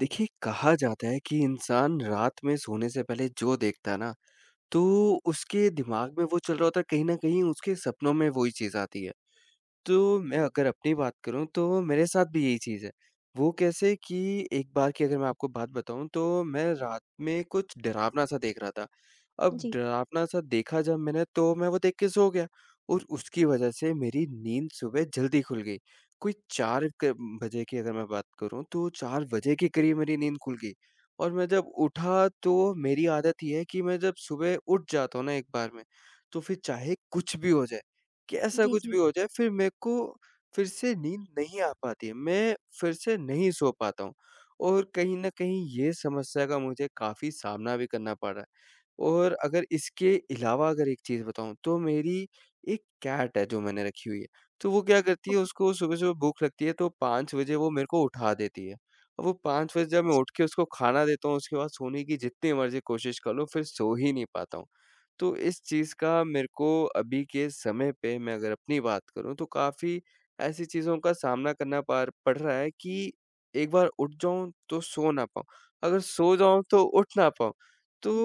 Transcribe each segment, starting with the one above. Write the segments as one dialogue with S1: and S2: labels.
S1: देखिए, कहा जाता है कि इंसान रात में सोने से पहले जो देखता है ना, तो उसके दिमाग में वो चल रहा होता है, कहीं न कहीं उसके सपनों में वो ही चीज़ आती है। तो मैं अगर अपनी बात करूँ तो मेरे साथ भी यही चीज़ है। वो कैसे कि एक बार की अगर मैं आपको बात बताऊँ तो मैं रात में कुछ डरावना-सा देख रहा था। अब
S2: जी,
S1: डरावना-सा देखा जब मैंने तो मैं वो देख के सो गया और उसकी वज़ह से मेरी नींद सुबह जल्दी खुल गई। कोई 4 क बजे की अगर मैं बात करूँ तो 4 बजे के करीब मेरी नींद खुल गई और मैं जब उठा तो मेरी आदत ये है कि मैं जब सुबह उठ जाता हूँ ना एक बार में, तो फिर चाहे कुछ भी हो जाए, कि ऐसा
S2: जी,
S1: कुछ
S2: जी,
S1: भी
S2: जी।
S1: हो जाए फिर मेरे को फिर से नींद नहीं आ पाती है। मैं फिर से नहीं सो पाता हूँ और कहीं न कहीं ये समस्या का मुझे काफ़ी सामना भी करना पड़ा है। और अगर इसके अलावा अगर एक चीज़ बताऊँ तो मेरी एक कैट है जो मैंने रखी हुई है। तो वो क्या करती है
S2: ओके।
S1: उसको सुबह-सुबह भूख लगती है तो 5 बजे वो मेरे को उठा देती है। अब वो 5 बजे जब मैं उठ के उसको खाना देता हूँ उसके बाद सोने की जितनी मर्ज़ी कोशिश कर लूँ फिर सो ही नहीं पाता हूँ। तो इस चीज़ का मेरे को अभी के समय पे मैं अगर अपनी बात करूँ तो काफ़ी ऐसी चीज़ों का सामना करना पार पड़ रहा है कि एक बार उठ जाऊँ तो सो ना पाऊँ, अगर सो जाऊँ तो उठ ना पाऊँ।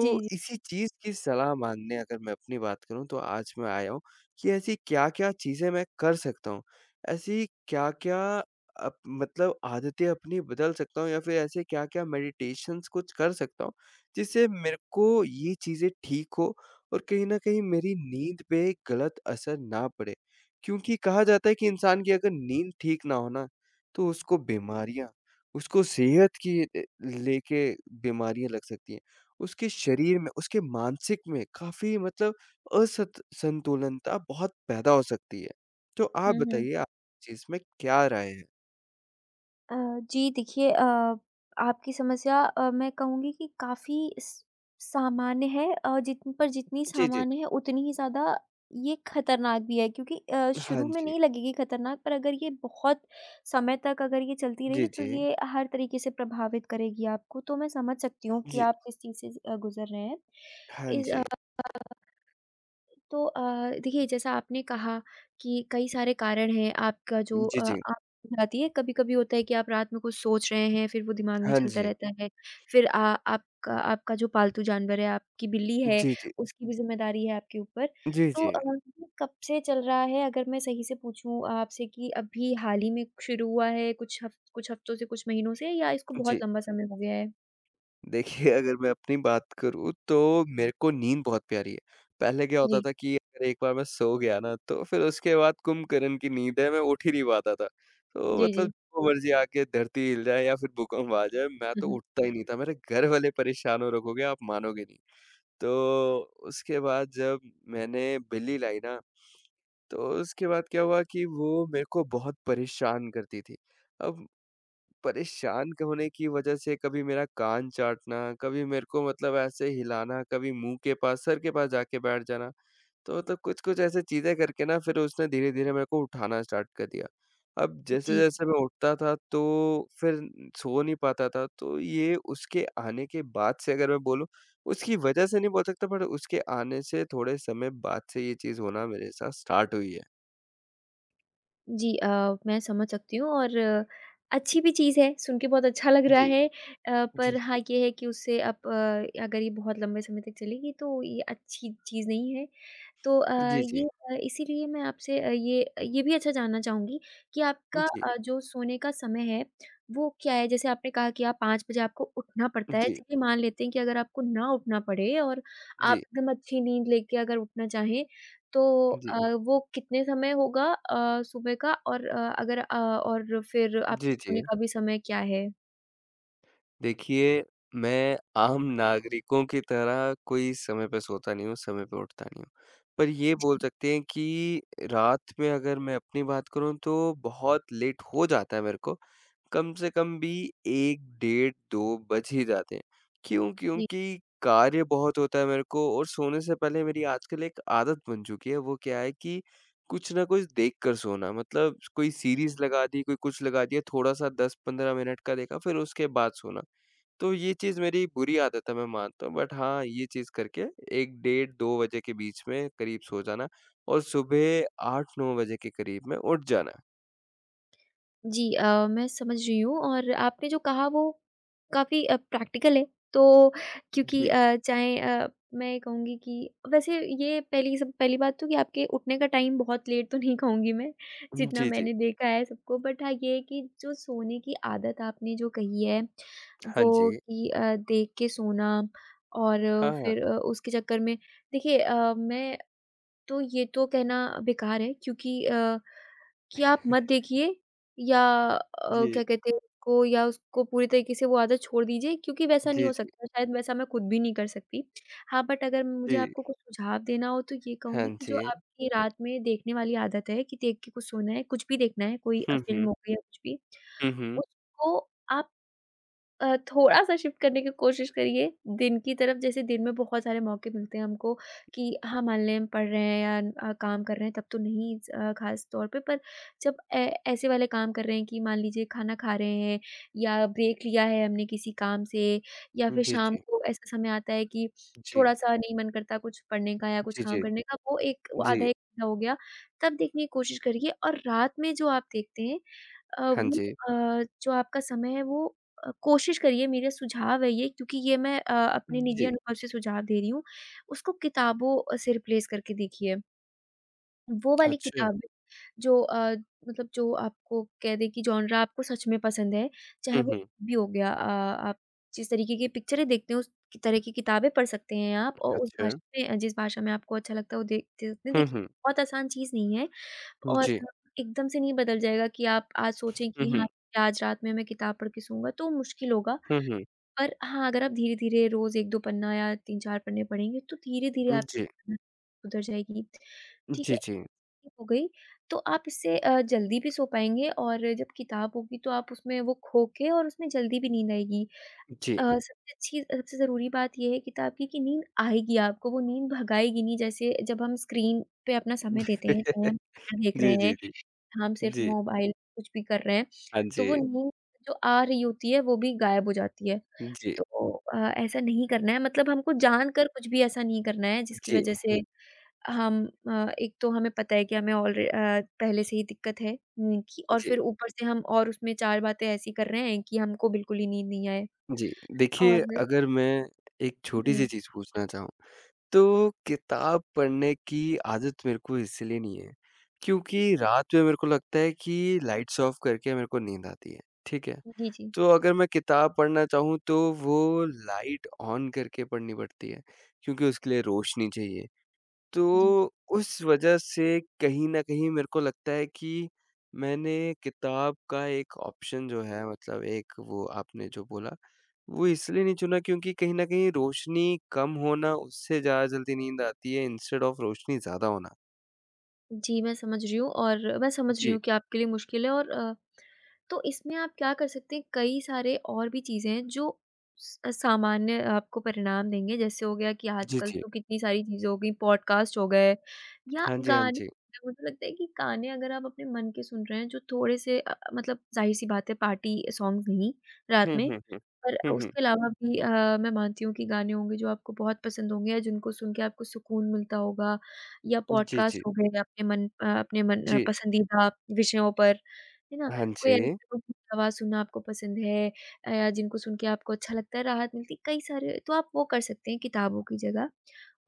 S2: जी, जी।
S1: इसी चीज़ की सलाह मानने अगर मैं अपनी बात करूँ तो आज मैं आया हूँ कि ऐसी क्या-क्या चीज़ें मैं कर सकता हूँ? ऐसी क्या-क्या अप मतलब आदतें अपनी बदल सकता हूँ या फिर ऐसे क्या-क्या मेडिटेशंस कुछ कर सकता हूँ, जिससे मेरे को ये चीज़ें ठीक हो और कहीं न कहीं मेरी नींद पे गलत असर ना पड़े। क्योंकि कहा जाता है कि इंसान की अगर नींद ठीक ना हो ना, तो उसको बीमारियाँ, उसको सेहत की लेके बीमारियाँ लग सकती हैं। उसके शरीर में, उसके मानसिक में काफ़ी मतलब असत संतुलनता बहुत पैदा हो सकती है। तो आप
S2: हुँ, हुँ।
S1: बताइए आप इस चीज़ में क्या राय है?
S2: अ, जी देखिए, आपकी समस्या, मैं कहूँगी कि काफ़ी स सामान्य है, जिन पर जितनी
S1: जी, जी।
S2: सामान्य है उतनी ही ज़्यादा ये खतरनाक भी है क्योंकि
S1: हाँ
S2: शुरू में
S1: जी।
S2: नहीं लगेगी खतरनाक पर अगर ये बहुत समय तक अगर ये चलती
S1: जी,
S2: रही तो
S1: जी।
S2: ये हर तरीके से प्रभावित करेगी आपको। तो मैं समझ सकती हूँ कि
S1: जी।
S2: आप किस चीज़ से गुज़र रहे हैं।
S1: हाँ
S2: इस अ
S1: जी।
S2: तो अ, देखिए जैसा आपने कहा कि कई सारे कारण हैं आपका जो
S1: जी, जी।
S2: आप जाती है, कभी-कभी होता है कि आप रात में कुछ सोच रहे हैं फिर वो दिमाग में
S1: हाँ
S2: चलता
S1: जी।
S2: रहता है। फिर आपका आपका जो पालतू जानवर है, आपकी बिल्ली है,
S1: जी, जी।
S2: उसकी भी ज़िम्मेदारी है आपके ऊपर।
S1: जी,
S2: तो
S1: जी।
S2: ये कब से चल रहा है, अगर मैं सही से पूछूँ आपसे, कि अभी हाल ही में शुरू हुआ है, कुछ हफ्तों से, कुछ महीनों से, या इसको
S1: जी।
S2: बहुत लंबा समय हो गया है?
S1: देखिए, अगर मैं अपनी बात करूँ तो मेरे को नींद बहुत प्यारी है। पहले क्या होता
S2: जी।
S1: था कि अगर एक बार मैं सो गया ना तो फिर उसके बाद कुंभकर्ण की नींद है मैं उठ ही नहीं पाता था। तो
S2: जी,
S1: मतलब
S2: जी।
S1: जो मर्ज़ी आके धरती हिल जाए या फिर भूकंप आ जाए मैं
S2: हुँ,
S1: तो
S2: हुँ।
S1: उठता ही नहीं था। मेरे घर वाले परेशान हो रखोगे आप मानोगे नहीं। तो उसके बाद जब मैंने बिल्ली लाई ना तो उसके बाद क्या हुआ कि वो मेरे को बहुत परेशान करती थी। अब परेशान क होने की वजह से कभी मेरा कान चाटना, कभी मेरे को मतलब ऐसे हिलाना, कभी मुँह के पास, सर के पास जाके बैठ जाना। तो मतलब कुछ-कुछ ऐसी चीज़ें करके ना फिर उसने धीरे-धीरे मेरे को उठाना स्टार्ट कर दिया। अब
S2: जी।
S1: जैसे-जैसे मैं उठता था तो फिर सो नहीं पाता था। तो ये उसके आने के बाद से अगर मैं बोलूँ, उसकी वजह से नहीं बोल सकता पर उसके आने से थोड़े समय बाद से ये चीज़ होना मेरे साथ स्टार्ट हुई है।
S2: जी, मैं समझ सकती हूँ और अच्छी भी चीज़ है, सुन के बहुत अच्छा लग रहा
S1: जी,
S2: है। पर
S1: जी।
S2: हाँ, ये है कि उससे आप, अगर ये बहुत लंबे समय तक चलेगी तो ये अच्छी चीज़ नहीं है। तो अ,
S1: जी, जी।
S2: ये इसीलिए मैं आपसे, ये भी अच्छा जानना चाहूँगी कि आपका,
S1: जी,
S2: जो सोने का समय है, वो क्या है? जैसे आपने कहा कि आप 5 बजे आपको उठना
S1: जी,
S2: पड़ता है,
S1: जी,
S2: चलिए मान लेते हैं कि अगर आपको ना उठना पड़े और आप
S1: जी,
S2: एकदम अच्छी नींद लेके अगर उठना चाहें, तो
S1: जी,
S2: वो कितने समय होगा सुबह का, और अ, अगर अ, और फिर आपके
S1: जी, जी।
S2: सोने का भी समय क्या है?
S1: देखिए, मैं आम नागरिकों की तरह कोई समय पे सोता नहीं हूँ, समय पे उठता नहीं हूँ। पर ये
S2: जी।
S1: बोल सकते हैं कि रात में अगर मैं अपनी बात करूँ तो बहुत लेट हो जाता है मेरे को, कम से कम भी 1 डेढ़ 2 बज ही जाते हैं। क्यों? क्योंकि कार्य बहुत होता है मेरे को और सोने से पहले मेरी आजकल एक आदत बन चुकी है, वो क्या है कि कुछ ना कुछ देख कर सोना। मतलब कोई सीरीज़ लगा दी, कोई कुछ लगा दिया, थोड़ा-सा 10-15 मिनट का देखा, फिर उसके बाद सोना। तो ये चीज़ मेरी बुरी आदत है मैं मानता हूँ बट हाँ, ये चीज़ करके 1 डेढ़ 2 बजे के बीच में करीब सो जाना और सुबह 8-9 बजे के करीब में उठ जाना।
S2: जी, मैं समझ रही हूँ और आपने जो कहा वो काफ़ी प्रैक्टिकल है। तो क्योंकि
S1: जी।
S2: मैं ये कहूँगी कि वैसे ये पहली बात तो, कि आपके उठने का टाइम बहुत लेट तो नहीं कहूँगी मैं, जितना
S1: जी, जी।
S2: मैंने देखा है सबको। बट हाँ, ये है कि जो सोने की आदत आपने जो कही है,
S1: हाँ
S2: वो
S1: जी।
S2: कि देख के सोना और
S1: हाँ, हाँ।
S2: उसके चक्कर में, देखिए मैं तो ये तो कहना बेकार है क्योंकि कि आप मत देखिए या
S1: जी।
S2: क्या कहते हैं उसको, या उसको पूरी तरीके से वो आदत छोड़ दीजिए क्योंकि वैसा नहीं
S1: जी,
S2: हो
S1: जी।
S2: सकता, शायद वैसा मैं खुद भी नहीं कर सकती। हाँ, बट अगर मुझे
S1: जी।
S2: आपको कुछ सुझाव देना हो तो ये
S1: हाँ
S2: कहूँगी कि जो
S1: जी।
S2: आपकी रात में देखने वाली आदत है कि देख के कुछ सोना है, कुछ भी देखना है, कोई
S1: हुँ,
S2: फ़िल्म
S1: हुँ।
S2: हो गई या कुछ भी,
S1: हुँ, हुँ।
S2: उसको आप थोड़ा-सा शिफ्ट करने की कोशिश करिए दिन की तरफ। जैसे दिन में बहुत सारे मौके मिलते हैं हमको, कि हाँ, मान लें हम पढ़ रहे हैं या काम कर रहे हैं तब तो नहीं ख़ास तौर पे। पर जब ऐ ऐसे वाले काम कर रहे हैं कि मान लीजिए खाना खा रहे हैं, या ब्रेक लिया है हमने किसी काम से, या फिर
S1: जी,
S2: शाम
S1: जी।
S2: को ऐसा समय आता है कि
S1: जी।
S2: थोड़ा-सा नहीं मन करता कुछ पढ़ने का या कुछ
S1: जी,
S2: काम
S1: जी।
S2: करने का, वो एक वो
S1: जी।
S2: आधा 1 घंटा हो गया, तब देखने की कोशिश करिए। और रात में जो आप देखते हैं, अ,
S1: हाँ
S2: वो
S1: जी।
S2: जो आपका समय है वो, कोशिश करिए, मेरा सुझाव है ये, क्योंकि ये मैं अपने निजी
S1: जी।
S2: अनुभव से सुझाव दे रही हूँ, उसको किताबों से रिप्लेस करके देखिए। वो वाली
S1: अच्छा।
S2: किताबें जो मतलब जो आपको कह दें कि जॉनरा आपको सच में पसंद है, चाहे
S1: हुँ,
S2: वो
S1: हुँ।
S2: भी हो गया, आप जिस तरीके की पिक्चरें देखते हैं उस की तरह की किताबें पढ़ सकते हैं आप, और उस
S1: अच्छा।
S2: भाषा में जिस भाषा में आपको अच्छा लगता है वो देख सकते हैं।
S1: हुँ,
S2: देखिए,
S1: हुँ।
S2: बहुत आसान चीज़ नहीं है, और
S1: जी।
S2: एकदम से नहीं बदल जाएगा कि आप आज सोचें
S1: हुँ,
S2: कि हाँ,
S1: हुँ।
S2: ठीक है, आज रात में मैं किताब पढ़ के सोऊँगा, तो मुश्किल होगा।
S1: हुँ, हुँ।
S2: पर हाँ, अगर आप धीरे-धीरे रोज़ 1-2 पन्ना या 3-4 पन्ने पढ़ेंगे तो धीरे-धीरे
S1: जी।
S2: आपकी सुधर जाएगी। ठीक
S1: जी,
S2: है,
S1: जी।
S2: हो गई, तो आप इससे जल्दी भी सो पाएँगे, और जब किताब होगी तो आप उसमें वो खो के और उसमें जल्दी भी नींद आएगी।
S1: जी।
S2: सबसे ज़रूरी बात ये है किताब की, कि नींद आएगी आपको, वो नींद भगाएगी नहीं, जैसे जब हम स्क्रीन पे अपना समय देते हैं, चाहे हम picture देख
S1: जी,
S2: रहे
S1: जी,
S2: हैं,
S1: जी।
S2: हम सिर्फ
S1: जी।
S2: मोबाइल कुछ भी कर रहे हैं,
S1: हाँ
S2: तो वो
S1: जी।
S2: नींद जो आ रही होती है वो भी गायब हो जाती है।
S1: जी,
S2: तो अ, ऐसा नहीं करना है, मतलब हमको जानकर कुछ भी ऐसा नहीं करना है जिसकी
S1: जी,
S2: वज़ह से हम, एक तो हमें पता है कि हमें पहले से ही दिक्कत है नींद की, और
S1: जी,
S2: फिर ऊपर से हम और उसमें 4 बातें ऐसी कर रहे हैं कि हमको बिल्कुल ही नींद नहीं आए
S1: जी। देखिए
S2: और
S1: अगर मैं एक छोटी-सी
S2: हुँ।
S1: चीज़ पूछना चाहूँ, तो किताब पढ़ने की आदत मेरे को इसलिए नहीं है, क्योंकि रात में मेरे को लगता है कि लाइट्स ऑफ करके मेरे को नींद आती है, ठीक है?
S2: जी, जी।
S1: तो अगर मैं किताब पढ़ना चाहूँ तो वो लाइट ऑन करके पढ़नी पड़ती है, क्योंकि उसके लिए रोशनी चाहिए।
S2: जी।
S1: तो उस वजह से कहीं न कहीं मेरे को लगता है कि मैंने किताब का एक ऑप्शन जो है मतलब एक वो आपने जो बोला, वो इसलिए नहीं चुना क्योंकि कहीं न कहीं रोशनी कम होना उससे ज़्यादा जल्दी नींद आती है इंस्टेड ऑफ रोशनी ज़्यादा होना।
S2: जी, मैं समझ रही हूँ, और मैं समझ रही
S1: जी।
S2: हूँ कि आपके लिए मुश्किल है, और तो इसमें आप क्या कर सकते हैं, कई सारे और भी चीज़ें हैं जो स सामान्य आपको परिणाम देंगे। जैसे हो गया कि
S1: जी,
S2: आजकल
S1: जी।
S2: तो कितनी सारी चीज़ें हो गई, पॉडकास्ट हो गए या
S1: हाँ जी, हाँ
S2: गाने,
S1: जी।
S2: मुझे लगता है कि गाने अगर आप अपने मन के सुन रहे हैं, जो थोड़े से मतलब ज़ाहिर-सी बात है पार्टी सॉन्ग्स नहीं रात
S1: हुँ,
S2: में,
S1: हुँ, हुँ।
S2: पर
S1: हुँ, हुँ।
S2: उसके अलावा भी मैं मानती हूँ कि गाने होंगे जो आपको बहुत पसंद होंगे, या जिनको सुन के आपको सुकून मिलता होगा, या
S1: जी,
S2: पॉडकास्ट
S1: जी।
S2: हो गए अपने
S1: जी।
S2: पसंदीदा विषयों पर, है ना?
S1: हाँ
S2: कोई ऐसे
S1: जी।
S2: लोगों की आवाज़ सुनना आपको पसंद है, या जिनको सुन के आपको अच्छा लगता है, राहत मिलती है, कई सारे तो आप वो कर सकते हैं किताबों की जगह।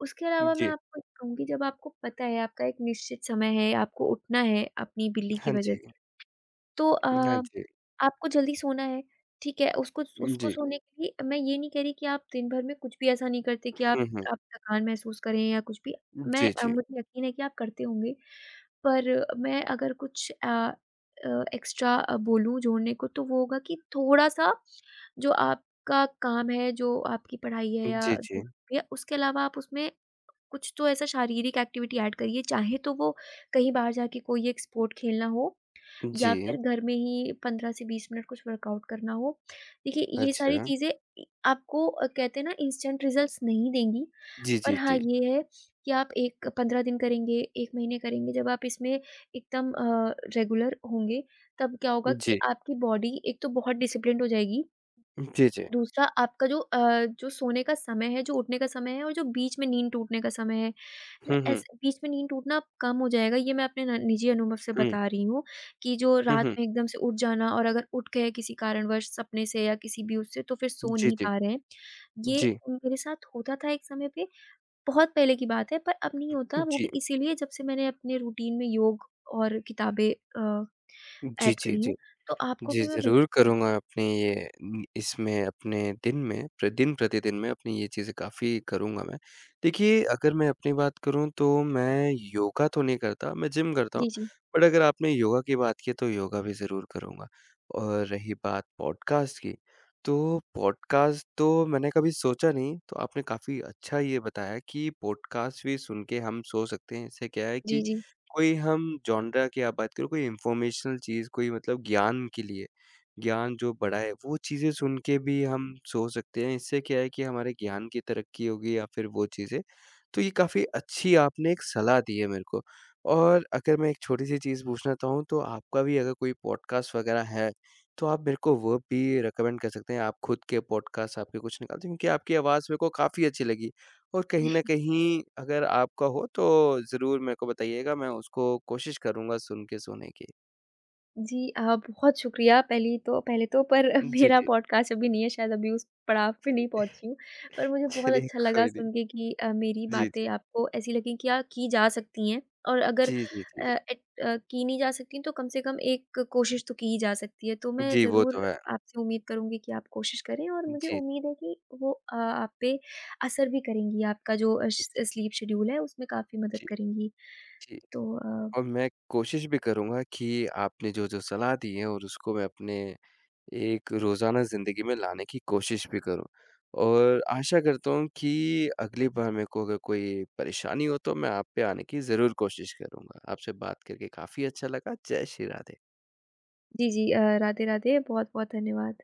S2: उसके अलावा मैं
S1: जी।
S2: आपको ये कहूँगी, जब आपको पता है आपका एक निश्चित समय है, आपको उठना है अपनी बिल्ली की
S1: हाँ
S2: वज़ह
S1: जी।
S2: से, तो
S1: हाँ जी।
S2: आपको जल्दी सोना है, ठीक है? उसको उसको
S1: जी।
S2: सोने के लिए मैं ये नहीं कह रही कि आप दिन भर में कुछ भी ऐसा नहीं करते कि आप
S1: हुँ, हुँ।
S2: आप थकान महसूस करें या कुछ भी।
S1: जी, जी।
S2: मुझे यकीन है कि आप करते होंगे। पर मैं अगर कुछ एक्स्ट्रा बोलूँ जोड़ने को, तो वो होगा कि थोड़ा-सा जो आपका काम है, जो आपकी पढ़ाई है, या
S1: जी,
S2: जो
S1: जी।
S2: भी है, उसके अलावा आप उसमें कुछ तो ऐसा शारीरिक एक्टिविटी ऐड करिए। चाहे तो वो कहीं बाहर जाके कोई एक स्पोर्ट खेलना हो, या फिर
S1: जी।
S2: घर में ही 15 से 20 मिनट कुछ वर्कआउट करना हो। देखिए, ये सारी
S1: अच्छा।
S2: चीज़ें इ आपको, कहते हैं ना, इंस्टेंट रिज़ल्ट्स नहीं देंगी,
S1: जी,
S2: पर
S1: जी,
S2: हाँ,
S1: जी।
S2: ये है कि आप एक 15 दिन करेंगे, 1 महीने करेंगे, जब आप इसमें एकदम रेगुलर होंगे, तब क्या होगा कि
S1: जी।
S2: आपकी बॉडी एक तो बहुत डिसिप्लिन्ड हो जाएगी,
S1: जी, जी।
S2: दूसरा आपका जो जो सोने का समय है, जो उठने का समय है, और जो बीच में नींद टूटने का समय है। ल
S1: हुँ, हुँ।
S2: ऐसे बीच में नींद टूटना कम हो जाएगा, ये मैं अपने न निजी अनुभव से
S1: हुँ,
S2: बता रही हूँ, कि जो
S1: हुँ,
S2: रात
S1: हुँ।
S2: में एकदम से उठ जाना, और अगर उठ गए किसी कारणवश सपने से या किसी भी उससे, तो फिर सो
S1: जी,
S2: नहीं
S1: जी।
S2: पा रहे हैं। ये
S1: जी।
S2: मेरे साथ होता था एक समय पे, बहुत पहले की बात है, पर अब नहीं होता, वो
S1: जी।
S2: भी इसीलिए जब से मैंने अपने रूटीन में योग और किताबें अ,
S1: जी,
S2: ऐड
S1: जी,
S2: करी हैं।
S1: जी।
S2: तो आपको
S1: जी,
S2: भी मैं वही
S1: ज़रूर करूँगा अपने ये इसमें अपने दिन प्रतिदिन में अपनी ये चीज़ें काफ़ी करूँगा मैं। देखिए, अगर मैं अपनी बात करूँ तो मैं योगा तो नहीं करता, मैं जिम करता हूँ।
S2: जी, जी।
S1: बट अगर आपने योगा की बात की तो योगा भी ज़रूर करूँगा। और रही बात पॉडकास्ट की, तो पॉडकास्ट तो मैंने कभी सोचा नहीं, तो आपने काफ़ी अच्छा ये बताया कि पॉडकास्ट भी सुन के हम सो सकते हैं। इससे क्या है
S2: जी,
S1: कि
S2: जी।
S1: कोई हम जॉनरा की आप बात करो, कोई इन्फॉर्मेशनल चीज़, कोई मतलब ज्ञान के लिए, ज्ञान जो बड़ा है, वो चीज़ें सुन के भी हम सो सकते हैं। इससे क्या है कि हमारे ज्ञान की तरक्की होगी या फिर वो चीज़ें। तो ये काफ़ी अच्छी आपने एक सलाह दी है मेरे को। और अगर मैं एक छोटी-सी चीज़ पूछना चाहूँ तो आपका भी अगर कोई पॉडकास्ट वगैरह है, तो आप मेरे को वो भी रिकमेंड कर सकते हैं। आप खुद के पॉडकास्ट आपके कुछ निकालते हैं क्योंकि आपकी आवाज़ मेरे को काफ़ी अच्छी लगी। और कहीं न कहीं अगर आपका हो तो ज़रूर मेरे को बताइएगा, मैं उसको कोशिश करूँगा सुन के सोने की।
S2: जी, बहुत शुक्रिया, पहली तो पहले तो पर
S1: जी,
S2: मेरा
S1: जी।
S2: पॉडकास्ट अभी नहीं है, शायद अभी उस पड़ाव पे
S1: जी।
S2: नहीं पहुँची हूँ। पर मुझे बहुत
S1: चलिए
S2: अच्छा लगा
S1: कोई नहीं।
S2: सुन के कि मेरी
S1: जी,
S2: बातें
S1: जी।
S2: आपको ऐसी लगी कि हाँ, की जा सकती हैं, और अगर
S1: जी, जी, जी।
S2: की नहीं जा सकती, तो कम से कम एक कोशिश तो की ही जा सकती है। तो मैं
S1: जी, वो
S2: ज़रूर
S1: तो है।
S2: आपसे उम्मीद करूँगी कि आप कोशिश करें, और मुझे
S1: जी,
S2: उम्मीद है कि वो, आप पे असर भी करेंगी, आपका जो अ, श
S1: जी,
S2: स्लीप शेड्यूल है उसमें काफ़ी मदद
S1: जी,
S2: करेंगी।
S1: जी।
S2: तो अ,
S1: और मैं कोशिश भी करूँगा कि आपने जो-जो सलाह दी है और उसको मैं अपने एक रोज़ाना ज़िंदगी में लाने की कोशिश भी करूँ। और आशा करता हूँ कि अगली बार मेरे को अगर कोई परेशानी हो तो मैं आप पे आने की ज़रूर कोशिश करूँगा। आपसे बात करके काफ़ी अच्छा लगा। जय श्री राधे।
S2: जी, जी, राधे-राधे, बहुत-बहुत धन्यवाद।